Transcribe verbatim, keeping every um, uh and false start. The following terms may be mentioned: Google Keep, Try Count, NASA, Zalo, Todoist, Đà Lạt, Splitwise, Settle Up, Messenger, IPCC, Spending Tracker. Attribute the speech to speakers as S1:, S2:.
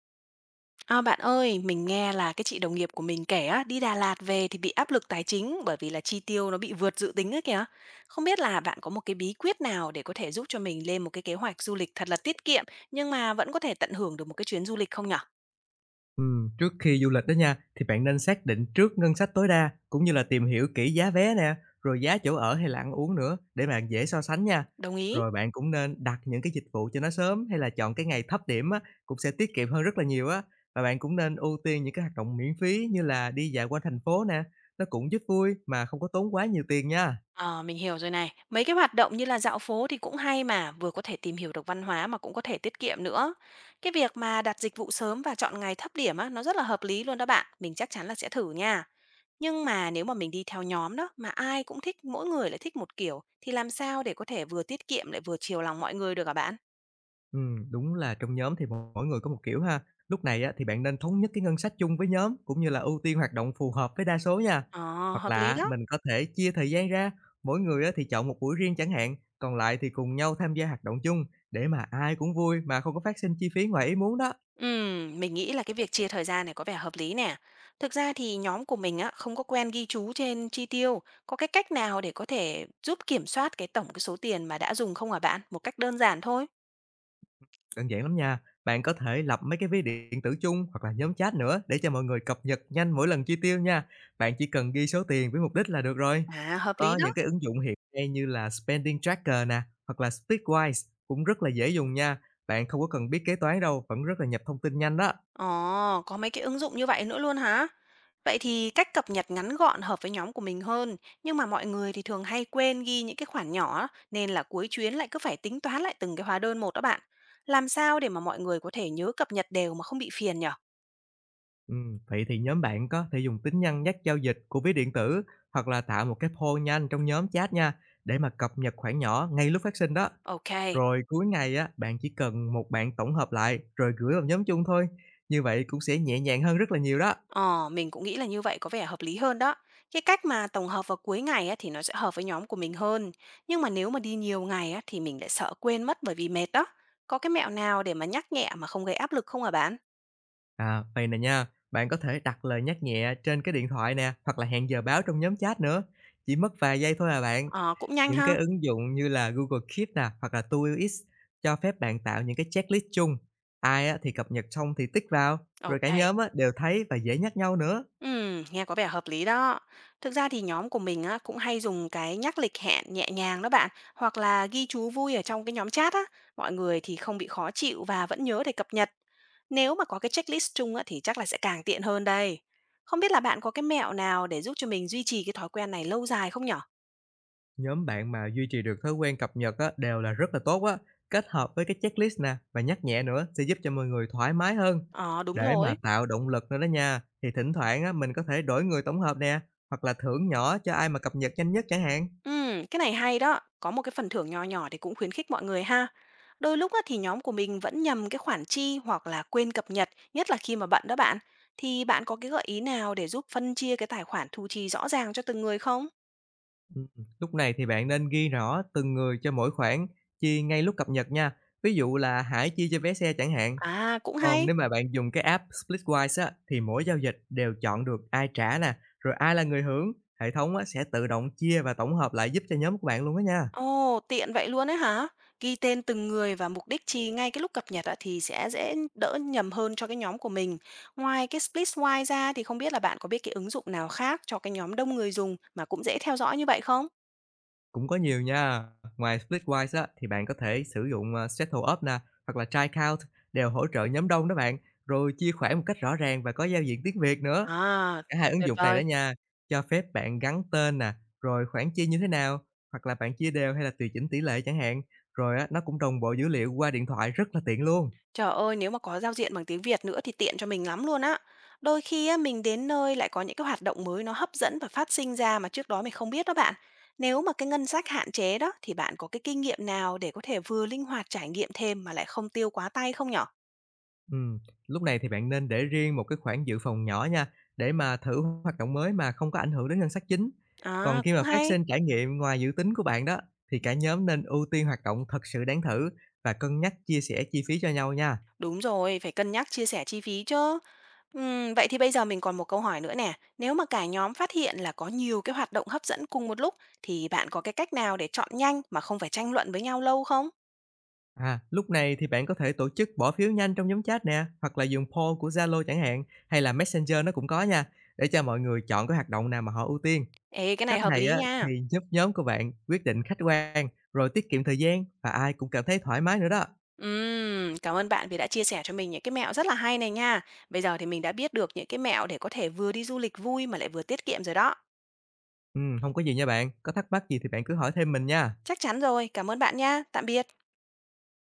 S1: À, bạn ơi, mình nghe là cái chị đồng nghiệp của mình kể á, đi Đà Lạt về thì bị áp lực tài chính bởi vì là chi tiêu nó bị vượt dự tính ấy kìa. Không biết là bạn có một cái bí quyết nào để có thể giúp cho mình lên một cái kế hoạch du lịch thật là tiết kiệm nhưng mà vẫn có thể tận hưởng được một cái chuyến du lịch không nhở?
S2: Ừm, trước khi du lịch đó nha, thì bạn nên xác định trước ngân sách tối đa, cũng như là tìm hiểu kỹ giá vé nè, rồi giá chỗ ở hay là ăn uống nữa để bạn dễ so sánh nha.
S1: Đồng ý.
S2: Rồi bạn cũng nên đặt những cái dịch vụ cho nó sớm hay là chọn cái ngày thấp điểm á, cũng sẽ tiết kiệm hơn rất là nhiều á. Và bạn cũng nên ưu tiên những cái hoạt động miễn phí như là đi dạo quanh thành phố nè, nó cũng giúp vui mà không có tốn quá nhiều tiền nha.
S1: Ờ, mình hiểu rồi này. Mấy cái hoạt động như là dạo phố thì cũng hay mà, vừa có thể tìm hiểu được văn hóa mà cũng có thể tiết kiệm nữa. Cái việc mà đặt dịch vụ sớm và chọn ngày thấp điểm á, nó rất là hợp lý luôn đó bạn. Mình chắc chắn là sẽ thử nha. Nhưng mà nếu mà mình đi theo nhóm đó, mà ai cũng thích, mỗi người lại thích một kiểu, thì làm sao để có thể vừa tiết kiệm lại vừa chiều lòng mọi người được hả bạn?
S2: Ừm, đúng là trong nhóm thì mỗi người có một kiểu ha. Lúc này á, thì bạn nên thống nhất cái ngân sách chung với nhóm cũng như là ưu tiên hoạt động phù hợp với đa số nha.
S1: Ờ,
S2: Hoặc
S1: hợp lý
S2: là
S1: đó.
S2: mình có thể chia thời gian ra, mỗi người á, thì chọn một buổi riêng chẳng hạn, còn lại thì cùng nhau tham gia hoạt động chung để mà ai cũng vui mà không có phát sinh chi phí ngoài ý muốn đó.
S1: Ừm, mình nghĩ là cái việc chia thời gian này có vẻ hợp lý nè. Thực ra thì nhóm của mình á không có quen ghi chú trên chi tiêu, có cái cách nào để có thể giúp kiểm soát cái tổng cái số tiền mà đã dùng không hả bạn? Một cách đơn giản thôi.
S2: Đơn giản lắm nha. Bạn có thể lập mấy cái ví điện tử chung hoặc là nhóm chat nữa để cho mọi người cập nhật nhanh mỗi lần chi tiêu nha. Bạn chỉ cần ghi số tiền với mục đích là được rồi.
S1: À, hợp lý
S2: Có
S1: đó.
S2: những cái ứng dụng hiện nay như là Spending Tracker nè, hoặc là Splitwise cũng rất là dễ dùng nha. Bạn không có cần biết kế toán đâu, vẫn rất là nhập thông tin nhanh đó.
S1: Ồ, có mấy cái ứng dụng như vậy nữa luôn hả? Vậy thì cách cập nhật ngắn gọn hợp với nhóm của mình hơn, nhưng mà mọi người thì thường hay quên ghi những cái khoản nhỏ á, nên là cuối chuyến lại cứ phải tính toán lại từng cái hóa đơn một đó bạn. Làm sao để mà mọi người có thể nhớ cập nhật đều mà không bị phiền nhở?
S2: Ừm, vậy thì nhóm bạn có thể dùng tính năng nhắc giao dịch của ví điện tử hoặc là tạo một cái poll nhanh trong nhóm chat nha, để mà cập nhật khoản nhỏ ngay lúc phát sinh đó.
S1: Ok.
S2: Rồi cuối ngày á, bạn chỉ cần một bạn tổng hợp lại rồi gửi vào nhóm chung thôi, như vậy cũng sẽ nhẹ nhàng hơn rất là nhiều đó.
S1: Ờ, mình cũng nghĩ là như vậy có vẻ hợp lý hơn đó. Cái cách mà tổng hợp vào cuối ngày á, thì nó sẽ hợp với nhóm của mình hơn. Nhưng mà nếu mà đi nhiều ngày á, thì mình lại sợ quên mất bởi vì mệt đó. Có cái mẹo nào để mà nhắc nhẹ mà không gây áp lực không hả bạn?
S2: À, vậy nè nha, bạn có thể đặt lời nhắc nhẹ trên cái điện thoại nè, hoặc là hẹn giờ báo trong nhóm chat nữa, chỉ mất vài giây thôi à bạn.
S1: Ờ, cũng nhanh
S2: Những cái
S1: ha.
S2: ứng dụng như là Google Keep nè, hoặc là Todoist cho phép bạn tạo những cái checklist chung, ai á thì cập nhật xong thì tích vào, rồi cả
S1: Ok.
S2: nhóm á đều thấy và dễ nhắc nhau nữa.
S1: Ừ, nghe có vẻ hợp lý đó. Thực ra thì nhóm của mình á, cũng hay dùng cái nhắc lịch hẹn nhẹ nhàng đó bạn, hoặc là ghi chú vui ở trong cái nhóm chat á, mọi người thì không bị khó chịu và vẫn nhớ để cập nhật. Nếu mà có cái checklist chung á, thì chắc là sẽ càng tiện hơn đây. Không biết là bạn có cái mẹo nào để giúp cho mình duy trì cái thói quen này lâu dài không nhở?
S2: Nhóm bạn mà duy trì được thói quen cập nhật á, đều là rất là tốt á, kết hợp với cái checklist nè và nhắc nhẹ nữa sẽ giúp cho mọi người thoải mái hơn.
S1: Ờ, đúng
S2: Để mà
S1: rồi.
S2: tạo động lực nữa đó nha, thì thỉnh thoảng á, mình có thể đổi người tổng hợp nè, hoặc là thưởng nhỏ cho ai mà cập nhật nhanh nhất chẳng hạn.
S1: Ừm, cái này hay đó, có một cái phần thưởng nhỏ nhỏ thì cũng khuyến khích mọi người ha. Đôi lúc á, thì nhóm của mình vẫn nhầm cái khoản chi hoặc là quên cập nhật, nhất là khi mà bận đó bạn. Thì bạn có cái gợi ý nào để giúp phân chia cái tài khoản thu chi rõ ràng cho từng người không?
S2: Ừ, Lúc này thì bạn nên ghi rõ từng người cho mỗi khoản, chia ngay lúc cập nhật nha. Ví dụ là hãy chia cho vé xe chẳng hạn,
S1: À, cũng
S2: Còn
S1: hay.
S2: nếu mà bạn dùng cái app Splitwise á, thì mỗi giao dịch đều chọn được ai trả nè, rồi ai là người hưởng, hệ thống á, sẽ tự động chia và tổng hợp lại giúp cho nhóm của bạn luôn á nha.
S1: Ồ, tiện vậy luôn ấy hả? Ghi tên từng người và mục đích chi ngay cái lúc cập nhật á, thì sẽ dễ đỡ nhầm hơn cho cái nhóm của mình. Ngoài cái Splitwise ra thì không biết là bạn có biết cái ứng dụng nào khác cho cái nhóm đông người dùng mà cũng dễ theo dõi như vậy không?
S2: Cũng có nhiều nha. Ngoài Splitwise á, thì bạn có thể sử dụng ờ, Settle Up nè, hoặc là Try Count đều hỗ trợ nhóm đông đó bạn, rồi chia khoản một cách rõ ràng và có giao diện tiếng Việt nữa.
S1: À,
S2: Cả hai ứng
S1: tuyệt
S2: dụng này đó
S1: vời.
S2: nha, cho phép bạn gắn tên nè, rồi khoản chia như thế nào, hoặc là bạn chia đều hay là tùy chỉnh tỷ lệ chẳng hạn, rồi á, nó cũng đồng bộ dữ liệu qua điện thoại rất là tiện luôn.
S1: Trời ơi, nếu mà có giao diện bằng tiếng Việt nữa thì tiện cho mình lắm luôn á. Đôi khi á, mình đến nơi lại có những cái hoạt động mới nó hấp dẫn và phát sinh ra mà trước đó mình không biết đó bạn. Nếu mà cái ngân sách hạn chế đó thì bạn có cái kinh nghiệm nào để có thể vừa linh hoạt trải nghiệm thêm mà lại không tiêu quá tay không nhở?
S2: Ừm, Lúc này thì bạn nên để riêng một cái khoản dự phòng nhỏ nha, để mà thử hoạt động mới mà không có ảnh hưởng đến ngân sách chính. Còn
S1: À,
S2: khi
S1: cũng
S2: mà phát
S1: hay.
S2: sinh trải nghiệm ngoài dự tính của bạn đó, thì cả nhóm nên ưu tiên hoạt động thật sự đáng thử và cân nhắc chia sẻ chi phí cho nhau nha.
S1: Đúng rồi, phải cân nhắc chia sẻ chi phí chứ. Ừm, vậy thì bây giờ mình còn một câu hỏi nữa nè. Nếu mà cả nhóm phát hiện là có nhiều cái hoạt động hấp dẫn cùng một lúc thì bạn có cái cách nào để chọn nhanh mà không phải tranh luận với nhau lâu không?
S2: À, lúc này thì bạn có thể tổ chức bỏ phiếu nhanh trong nhóm chat nè, hoặc là dùng poll của Zalo chẳng hạn, hay là Messenger nó cũng có nha, để cho mọi người chọn cái hoạt động nào mà họ ưu tiên.
S1: Ê, cái này
S2: Cách
S1: hợp
S2: này
S1: lý
S2: á,
S1: nha.
S2: thì giúp nhóm của bạn quyết định khách quan, rồi tiết kiệm thời gian và ai cũng cảm thấy thoải mái nữa đó.
S1: Ừm, cảm ơn bạn vì đã chia sẻ cho mình những cái mẹo rất là hay này nha. Bây giờ thì mình đã biết được những cái mẹo để có thể vừa đi du lịch vui mà lại vừa tiết kiệm rồi đó.
S2: Ừm, hông có gì nha bạn, có thắc mắc gì thì bạn cứ hỏi thêm mình nha.
S1: Chắc chắn rồi, cảm ơn bạn nha. Tạm biệt.